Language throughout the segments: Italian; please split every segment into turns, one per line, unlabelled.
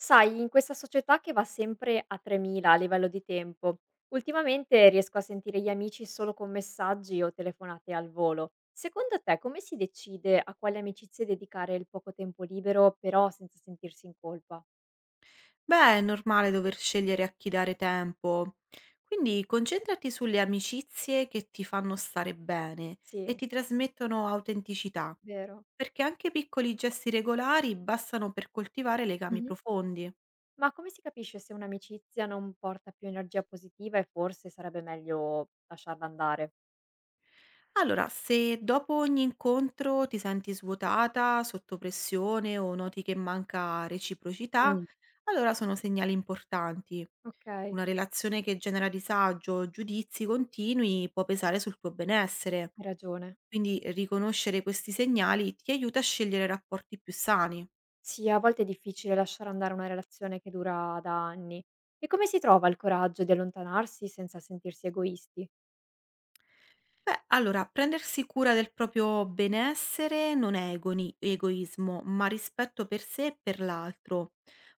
Sai, in questa società che va sempre a 3000 a livello di tempo, ultimamente riesco a sentire gli amici solo con messaggi o telefonate al volo. Secondo te, come si decide a quali amicizie dedicare il poco tempo libero, però senza sentirsi in colpa?
Beh, è normale dover scegliere a chi dare tempo. Quindi concentrati sulle amicizie che ti fanno stare bene e
Sì,
ti trasmettono autenticità,
vero.
perché anche piccoli gesti regolari bastano per coltivare legami
Mh-mh.
profondi.
Ma come si capisce se un'amicizia non porta più energia positiva e forse sarebbe meglio lasciarla andare?
Allora, se dopo ogni incontro ti senti svuotata, sotto pressione o noti che manca reciprocità,
Mh.
allora sono segnali importanti.
Okay,
Una relazione che genera disagio o giudizi continui può pesare sul tuo benessere.
hai ragione.
Quindi riconoscere questi segnali ti aiuta a scegliere rapporti più sani.
Sì, a volte è difficile lasciare andare una relazione che dura da anni. E come si trova il coraggio di allontanarsi senza sentirsi egoisti?
Beh, allora, prendersi cura del proprio benessere non è egoismo, ma rispetto per sé e per l'altro.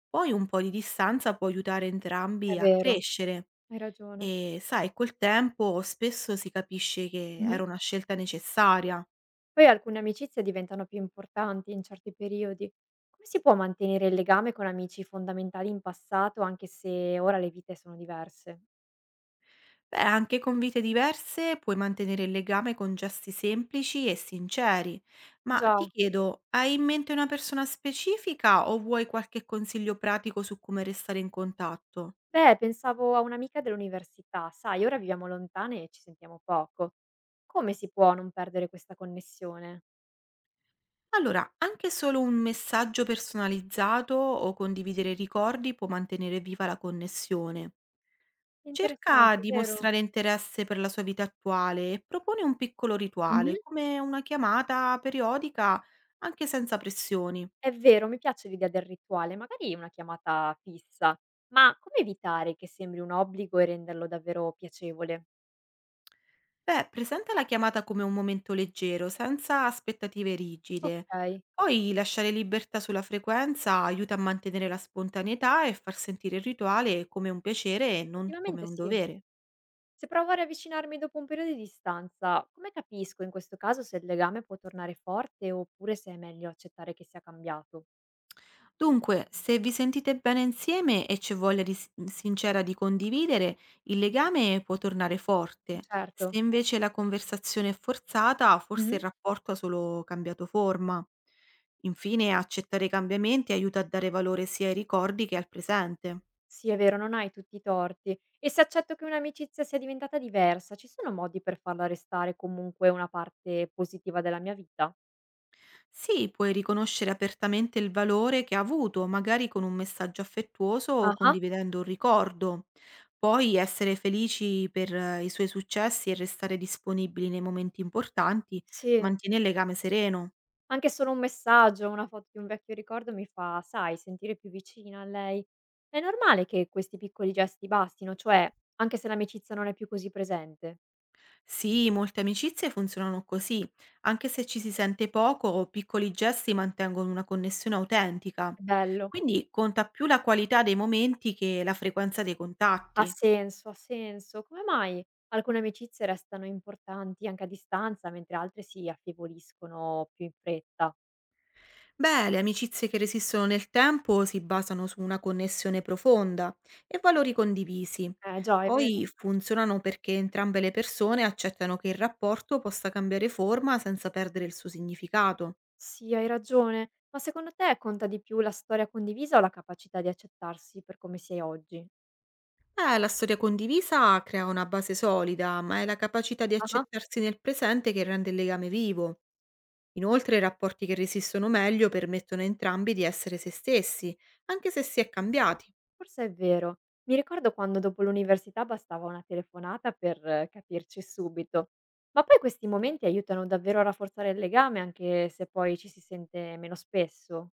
Poi un po' di distanza può aiutare
È
entrambi a
vero,
crescere
hai ragione.
e, sai, col tempo spesso si capisce che
Mhm.
era una scelta necessaria.
Poi alcune amicizie diventano più importanti in certi periodi. Come si può mantenere il legame con amici fondamentali in passato anche se ora le vite sono diverse?
Beh, anche con vite diverse puoi mantenere il legame con gesti semplici e sinceri. Ma
Già.
ti chiedo, hai in mente una persona specifica o vuoi qualche consiglio pratico su come restare in contatto?
Beh, pensavo a un'amica dell'università, sai, ora viviamo lontane e ci sentiamo poco. Come si può non perdere questa connessione?
Allora, anche solo un messaggio personalizzato o condividere ricordi può mantenere viva la connessione. Cerca
Interessante,
di
vero?
mostrare interesse per la sua vita attuale e propone un piccolo
Mhm.
rituale, come una chiamata periodica, anche senza pressioni.
È vero, mi piace l'idea del rituale, magari una chiamata fissa, ma come evitare che sembri un obbligo e renderlo davvero piacevole?
Beh, presenta la chiamata come un momento leggero, senza aspettative rigide.
Ok,
Poi lasciare libertà sulla frequenza aiuta a mantenere la spontaneità e far sentire il rituale come un piacere e non come
effettivamente
un
sì.
dovere.
Se provo a riavvicinarmi dopo un periodo di distanza, come capisco in questo caso se il legame può tornare forte oppure se è meglio accettare che sia cambiato?
Dunque, se vi sentite bene insieme e c'è voglia di sincera di condividere, il legame può tornare forte.
Certo.
Se invece la conversazione è forzata, forse
Mhm.
il rapporto ha solo cambiato forma. Infine, accettare i cambiamenti aiuta a dare valore sia ai ricordi che al presente.
Sì, è vero, non hai tutti i torti. E se accetto che un'amicizia sia diventata diversa, ci sono modi per farla restare comunque una parte positiva della mia vita?
Sì, puoi riconoscere apertamente il valore che ha avuto, magari con un messaggio affettuoso o
Ah,
condividendo un ricordo. Poi essere felici per i suoi successi e restare disponibili nei momenti importanti
sì.
mantiene il legame sereno.
Anche solo un messaggio, una foto di un vecchio ricordo mi fa, sai, sentire più vicina a lei. È normale che questi piccoli gesti bastino, cioè, anche se l'amicizia non è più così presente.
Sì, molte amicizie funzionano così, anche se ci si sente poco, piccoli gesti mantengono una connessione autentica.
È bello,
Quindi conta più la qualità dei momenti che la frequenza dei
ha
contatti.
senso, ha senso. Come mai alcune amicizie restano importanti anche a distanza, mentre altre si affievoliscono più in fretta?
Beh, le amicizie che resistono nel tempo si basano su una connessione profonda e valori condivisi.
Eh già, è vero.
Poi funzionano perché entrambe le persone accettano che il rapporto possa cambiare forma senza perdere il suo significato.
Sì, hai ragione. Ma secondo te conta di più la storia condivisa o la capacità di accettarsi per come si è oggi?
La storia condivisa crea una base solida, ma è la capacità di
Ah.
accettarsi nel presente che rende il legame vivo. Inoltre, i rapporti che resistono meglio permettono a entrambi di essere se stessi, anche se si è cambiati.
Forse è vero. Mi ricordo quando dopo l'università bastava una telefonata per capirci subito. Ma poi questi momenti aiutano davvero a rafforzare il legame, anche se poi ci si sente meno spesso.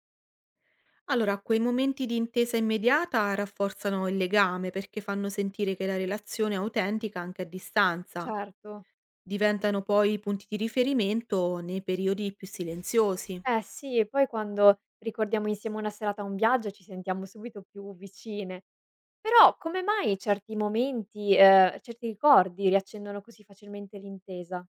Allora, quei momenti di intesa immediata rafforzano il legame perché fanno sentire che la relazione è autentica anche a distanza.
Certo.
Diventano poi punti di riferimento nei periodi più silenziosi.
Eh sì, e poi quando ricordiamo insieme una serata o un viaggio ci sentiamo subito più vicine. Però come mai certi momenti, certi ricordi riaccendono così facilmente l'intesa?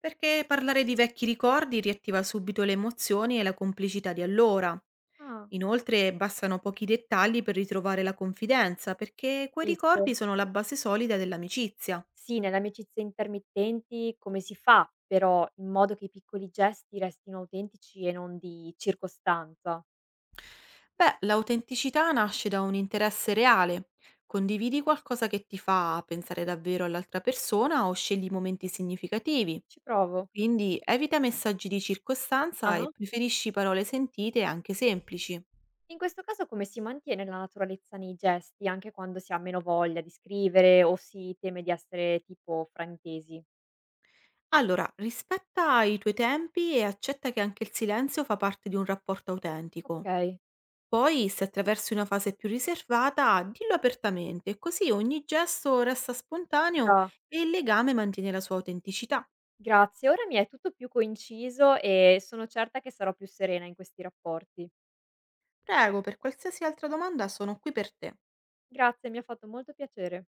Perché parlare di vecchi ricordi riattiva subito le emozioni e la complicità di allora.
Ah,
Inoltre bastano pochi dettagli per ritrovare la confidenza, perché quei ricordi
capisco.
sono la base solida dell'amicizia.
Sì, nelle amicizie intermittenti come si fa però in modo che i piccoli gesti restino autentici e non di circostanza?
Beh, l'autenticità nasce da un interesse reale. Condividi qualcosa che ti fa pensare davvero all'altra persona o scegli momenti significativi.
Ci provo.
Quindi evita messaggi di circostanza e
Ah-ah.
preferisci parole sentite anche semplici.
In questo caso come si mantiene la naturalezza nei gesti anche quando si ha meno voglia di scrivere o si teme di essere tipo frantesi?
Allora, rispetta i tuoi tempi e accetta che anche il silenzio fa parte di un rapporto autentico.
Okay,
Poi, se attraversi una fase più riservata, dillo apertamente, così ogni gesto resta spontaneo
già.
e il legame mantiene la sua autenticità.
Grazie, ora mi è tutto più coinciso e sono certa che sarò più serena in questi rapporti.
Prego, per qualsiasi altra domanda sono qui per te.
Grazie, mi ha fatto molto piacere.